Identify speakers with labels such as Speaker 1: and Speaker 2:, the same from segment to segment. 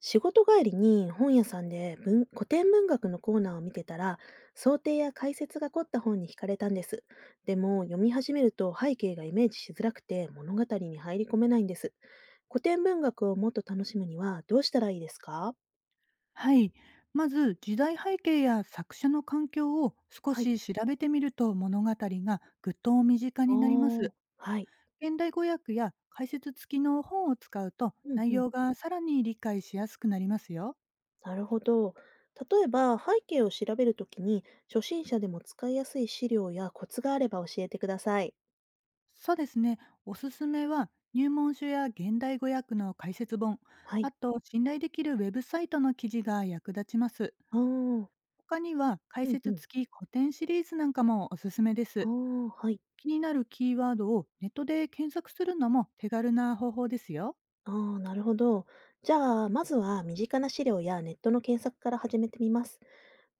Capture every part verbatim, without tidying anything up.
Speaker 1: 仕事帰りに本屋さんで文古典文学のコーナーを見てたら、想定や解説が凝った本に惹かれたんです。でも読み始めると背景がイメージしづらくて物語に入り込めないんです。古典文学をもっと楽しむにはどうしたらいいですか？
Speaker 2: はい。まず時代背景や作者の環境を少
Speaker 1: はい。
Speaker 2: し調べてみると、物語がぐっと身近
Speaker 1: あ
Speaker 2: になります。
Speaker 1: あ。はい。
Speaker 2: 現代語訳や解説付きの本を使うと、
Speaker 1: うん
Speaker 2: 内
Speaker 1: う
Speaker 2: 容
Speaker 1: ん。
Speaker 2: がさらに理解しやすくなりますよ。
Speaker 1: なるほど。例えば背景を調べるときに、初心者でも使いやすい資料やコツがあれば教えてください。
Speaker 2: そうですね。おすすめは入門書や現代語訳の解説本、
Speaker 1: はい。
Speaker 2: あと信頼できるウェブサイトの記事が役立ちます。
Speaker 1: ああ。
Speaker 2: 他には解
Speaker 1: うんう
Speaker 2: 説
Speaker 1: ん。
Speaker 2: 付き古典シリーズなんかもおすすめで
Speaker 1: あ
Speaker 2: す。
Speaker 1: あ。はい。
Speaker 2: 気になるキーワードをネットで検索するのも手軽な方法ですよ。
Speaker 1: ああ、なるほど。じゃあ、まずは身近な資料やネットの検索から始めてみます。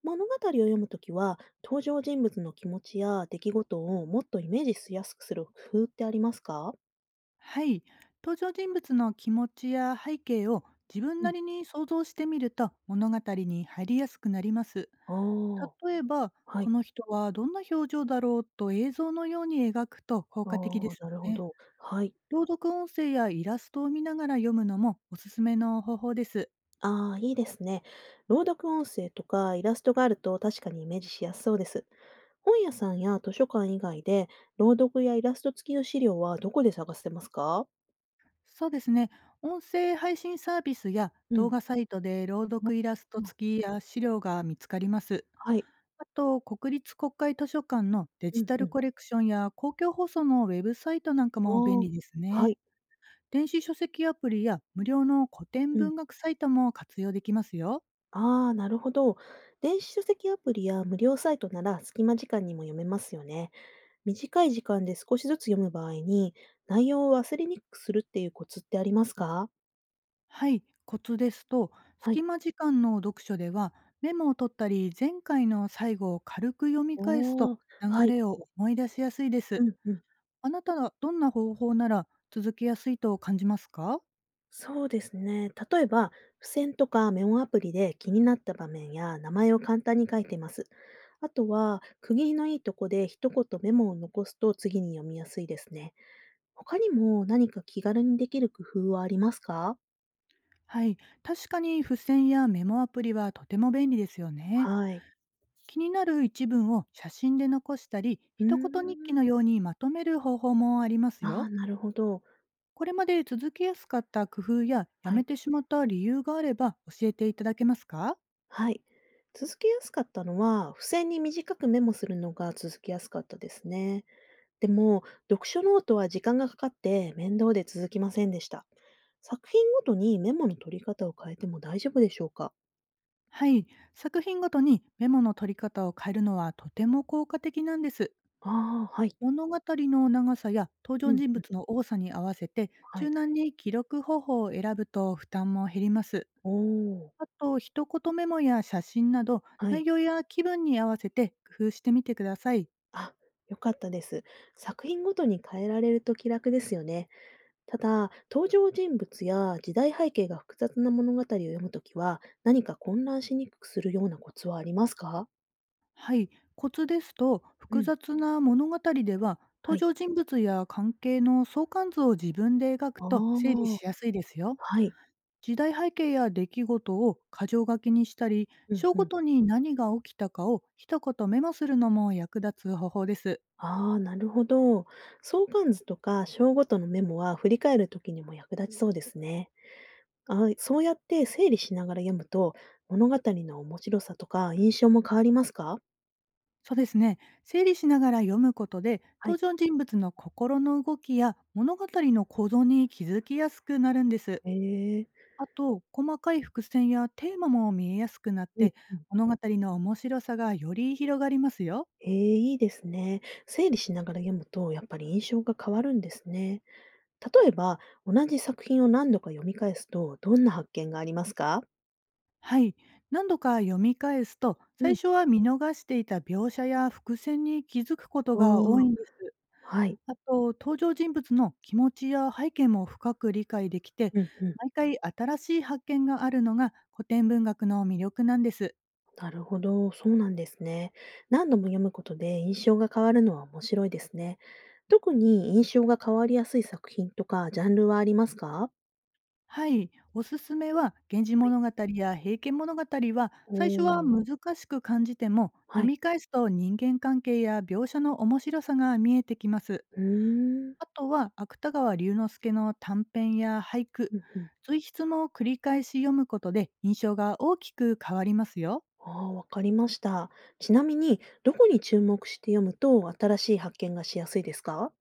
Speaker 1: 物語を読むときは、登場人物の気持ちや出来事をもっとイメージしやすくする工夫ってありますか？
Speaker 2: はい。登場人物の気持ちや背景を自分
Speaker 1: う
Speaker 2: な
Speaker 1: ん。
Speaker 2: りに想像してみると、物語に入りやすくなります。
Speaker 1: ああ、
Speaker 2: 例えば、
Speaker 1: はい。
Speaker 2: この人はどんな表情だろうと映像のように描くと効果的
Speaker 1: あ
Speaker 2: で
Speaker 1: あ、
Speaker 2: す
Speaker 1: なるほ
Speaker 2: ね。
Speaker 1: ど。はい。
Speaker 2: 朗読音声やイラストを見ながら読むのもおすすめの方法です。
Speaker 1: ああ、いいですね。朗読音声とかイラストがあると確かにイメージしやすそうです。本屋さんや図書館以外で、朗読やイラスト付きの資料はどこで探せますか？
Speaker 2: そうですね。音声配信サービスや
Speaker 1: う
Speaker 2: 動
Speaker 1: ん、
Speaker 2: 画サイトで朗
Speaker 1: あ、
Speaker 2: 読イラスト付きや資料が見つかります。
Speaker 1: はい。
Speaker 2: あと、国立国会図書館のデ
Speaker 1: う
Speaker 2: ジ
Speaker 1: ん
Speaker 2: タ
Speaker 1: う
Speaker 2: ル
Speaker 1: ん。
Speaker 2: コレクションや公共放送のウェブサイトなんか
Speaker 1: あ
Speaker 2: も便利です
Speaker 1: あ、は
Speaker 2: ね。
Speaker 1: い。
Speaker 2: 電子書籍アプリや無料の古典
Speaker 1: うん。
Speaker 2: 文学サイトも活用できますよ。
Speaker 1: ああ、なるほど。電子書籍アプリや無料サイトなら隙間時間にも読めますよね。短い時間で少しずつ読む場合に、内容を忘れにくくするっていうコツってありますか？
Speaker 2: はい、コツですと、
Speaker 1: は
Speaker 2: 隙
Speaker 1: い。
Speaker 2: 間時間の読書ではメモを取ったり、前回の最後を軽く読み返すと
Speaker 1: おー、は
Speaker 2: 流
Speaker 1: い。
Speaker 2: れを思い出しやすいで
Speaker 1: う
Speaker 2: す。
Speaker 1: んうん。
Speaker 2: あなたはどんな方法なら続けやすいと感じますか？
Speaker 1: そうですね。例えば、付箋とかメモアプリで気になった場面や名前を簡単に書いてます。あとは、区切りのいいとこで一言メモを残すと次に読みやすいですね。他にも何か気軽にできる工夫はありますか？
Speaker 2: はい、確かに付箋やメモアプリはとても便利ですよね。
Speaker 1: はい。
Speaker 2: 気になる一文を写真で残したり、
Speaker 1: うー
Speaker 2: 一言日記
Speaker 1: ん。
Speaker 2: のようにまとめる方法もあります
Speaker 1: ああ、
Speaker 2: よ。
Speaker 1: なるほど。
Speaker 2: これまで続けやすかった工夫やや
Speaker 1: は
Speaker 2: め
Speaker 1: い。
Speaker 2: てしまった理由があれば教えていただけますか？
Speaker 1: はい。続けやすかったのは、付箋に短くメモするのが続きやすかったですね。でも、読書ノートは時間がかかって面倒で続きませんでした。作品ごとにメモの取り方を変えても大丈夫でしょうか？
Speaker 2: はい、作品ごとにメモの取り方を変えるのはとても効果的なんです。
Speaker 1: ああ、はい。
Speaker 2: 物語の長さや登
Speaker 1: う
Speaker 2: 場
Speaker 1: ん
Speaker 2: 人
Speaker 1: うん。
Speaker 2: 物の多さに合わせて、
Speaker 1: は
Speaker 2: 柔
Speaker 1: い。
Speaker 2: 軟に記録方法を選ぶと負担も減ります。
Speaker 1: おお、
Speaker 2: あと一言メモや写真など、
Speaker 1: はい。
Speaker 2: 内容や気分に合わせて工夫してみてください。
Speaker 1: あ、良かったです。作品ごとに変えられると気楽ですよね。ただ、登場人物や時代背景が複雑な物語を読むときは、何か混乱しにくくするようなコツはありますか？
Speaker 2: はい、コツですと、
Speaker 1: う
Speaker 2: 複
Speaker 1: ん。
Speaker 2: 雑な物語では
Speaker 1: は
Speaker 2: 登
Speaker 1: い。
Speaker 2: 場人物や関係の相関図を自分で描く
Speaker 1: あ
Speaker 2: と整理
Speaker 1: あ、
Speaker 2: しやすいですよ。
Speaker 1: はい。
Speaker 2: 時代背景や出来事を箇条書きにしたり、
Speaker 1: うん
Speaker 2: 章
Speaker 1: う
Speaker 2: ご
Speaker 1: ん。
Speaker 2: とに何が起きたかを一言メモするのも役立つ方法です。
Speaker 1: ああ、なるほど。相関図とか章ごとのメモは振り返るときにも役立ちそうですね。あー、そうやって整理しながら読むと、物語の面白さとか印象も変わりますか？
Speaker 2: そうですね。整理しながら読むことで、
Speaker 1: は
Speaker 2: 登
Speaker 1: い。
Speaker 2: 場人物の心の動きや物語の構造に気づきやすくなるんです。
Speaker 1: ええ。
Speaker 2: あと、細かい伏線やテーマも見えやすくなっ
Speaker 1: うん
Speaker 2: て、
Speaker 1: うん。
Speaker 2: 物語の面白さがより広がりますよ。
Speaker 1: ええ、いいですね。整理しながら読むと、やっぱり印象が変わるんですね。例えば、同じ作品を何度か読み返すと、どんな発見がありますか？
Speaker 2: はい。何度か読み返すと、
Speaker 1: う
Speaker 2: 最
Speaker 1: ん。
Speaker 2: 初は見逃していた描写や伏線に気づくこと
Speaker 1: あ
Speaker 2: が
Speaker 1: あ、
Speaker 2: 多いんです。
Speaker 1: はい。
Speaker 2: あと、登場人物の気持ちや背景も深く理解できて、
Speaker 1: うんうん。
Speaker 2: 毎回新しい発見があるのが古典文学の魅力なんです。
Speaker 1: なるほど。そうなんですね。何度も読むことで印象が変わるのは面白いですね。特に印象が変わりやすい作品とか、ジャンルはありますか？
Speaker 2: はい、おすすめは「源氏
Speaker 1: はい。
Speaker 2: 物語」や「平家物語」は、
Speaker 1: お
Speaker 2: 最初は
Speaker 1: ー。
Speaker 2: 難しく感じても、
Speaker 1: は
Speaker 2: 読
Speaker 1: い。
Speaker 2: み返すと人間関係や描写の面白さが見えてきます。
Speaker 1: うーん。
Speaker 2: あとは芥川龍之介の短編や俳句、
Speaker 1: うんうん。
Speaker 2: 随筆も繰り返し読むことで印象が大きく変わりますよ。
Speaker 1: ああ、わかりました。ちなみに、どこに注目して読むと新しい発見がしやすいですか？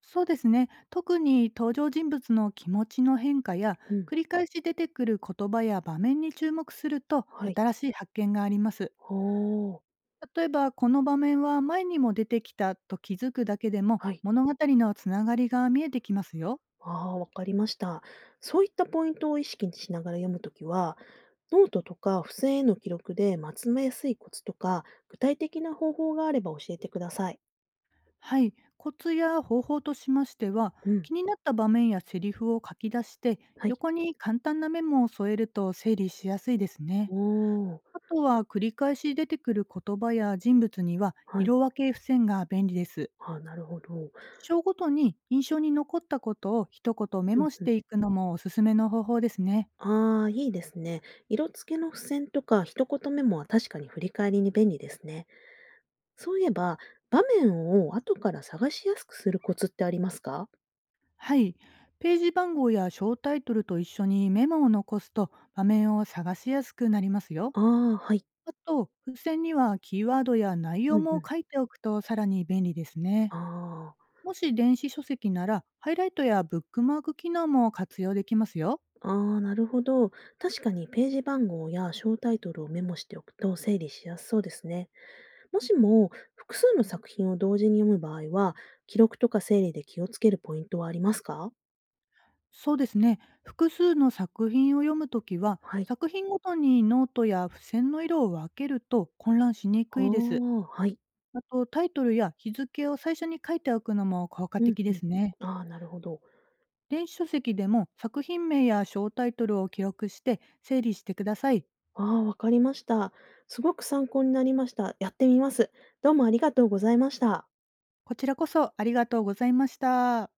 Speaker 2: そうですね。特に登場人物の気持ちの変化や、
Speaker 1: うん。
Speaker 2: 繰り返し出てくる言葉や場面に注目すると、
Speaker 1: はい。
Speaker 2: 新しい発見があります。
Speaker 1: おー。
Speaker 2: 例えば、この場面は前にも出てきたと気づくだけでも、
Speaker 1: はい。
Speaker 2: 物語のつながりが見えてきますよ。
Speaker 1: ああ、わかりました。そういったポイントを意識しながら読むときは、ノートとか付箋への記録でまとめやすいコツとか、具体的な方法があれば教えてください。
Speaker 2: はい、コツや方法としましては、
Speaker 1: うん。
Speaker 2: 気になった場面やセリフを書き出して、
Speaker 1: はい。
Speaker 2: 横に簡単なメモを添えると整理しやすいですね。
Speaker 1: おー。
Speaker 2: あとは繰り返し出てくる言葉や人物には、
Speaker 1: はい。
Speaker 2: 色分け付箋が便利です。
Speaker 1: ああ、なるほど。う
Speaker 2: 章ごとに印象に残ったことを一言メ
Speaker 1: ん
Speaker 2: モし
Speaker 1: うん。
Speaker 2: ていくのもおすすめの方法ですね。
Speaker 1: ああ、いいですね。色付けの付箋とか一言メモは確かに振り返りに便利ですね。そういえば、場面を後から探しやすくするコツってありますか？
Speaker 2: はい。ページ番号や小タイトルと一緒にメモを残すと、場面を探しやすくなりますよ。
Speaker 1: ああー、はい。
Speaker 2: あと、付箋にはキーワードや内
Speaker 1: う
Speaker 2: 容
Speaker 1: んう
Speaker 2: も
Speaker 1: ん。
Speaker 2: 書いておくとさらに便利ですね。
Speaker 1: ああ。
Speaker 2: もし電子書籍なら、ハイライトやブックマーク機能も活用できますよ。
Speaker 1: ああ、なるほど。確かにページ番号や小タイトルをメモしておくと整理しやすそうですね。もしも複数の作品を同時に読む場合は、記録とか整理で気をつけるポイントはありますか？
Speaker 2: そうですね。複数の作品を読むときは、
Speaker 1: はい。
Speaker 2: 作品ごとにノートや付箋の色を分けると混乱しに
Speaker 1: ああ、
Speaker 2: くいです。
Speaker 1: はい。
Speaker 2: あと、タイトルや日付を最初に書いておくのも効果
Speaker 1: うん
Speaker 2: 的
Speaker 1: う
Speaker 2: で
Speaker 1: ん。
Speaker 2: すね。
Speaker 1: ああ、なるほど。
Speaker 2: 電子書籍でも作品名や小タイトルを記録して整理してください。
Speaker 1: ああ、わかりました。すごく参考になりました。やってみます。どうもありがとうございました。
Speaker 2: こちらこそありがとうございました。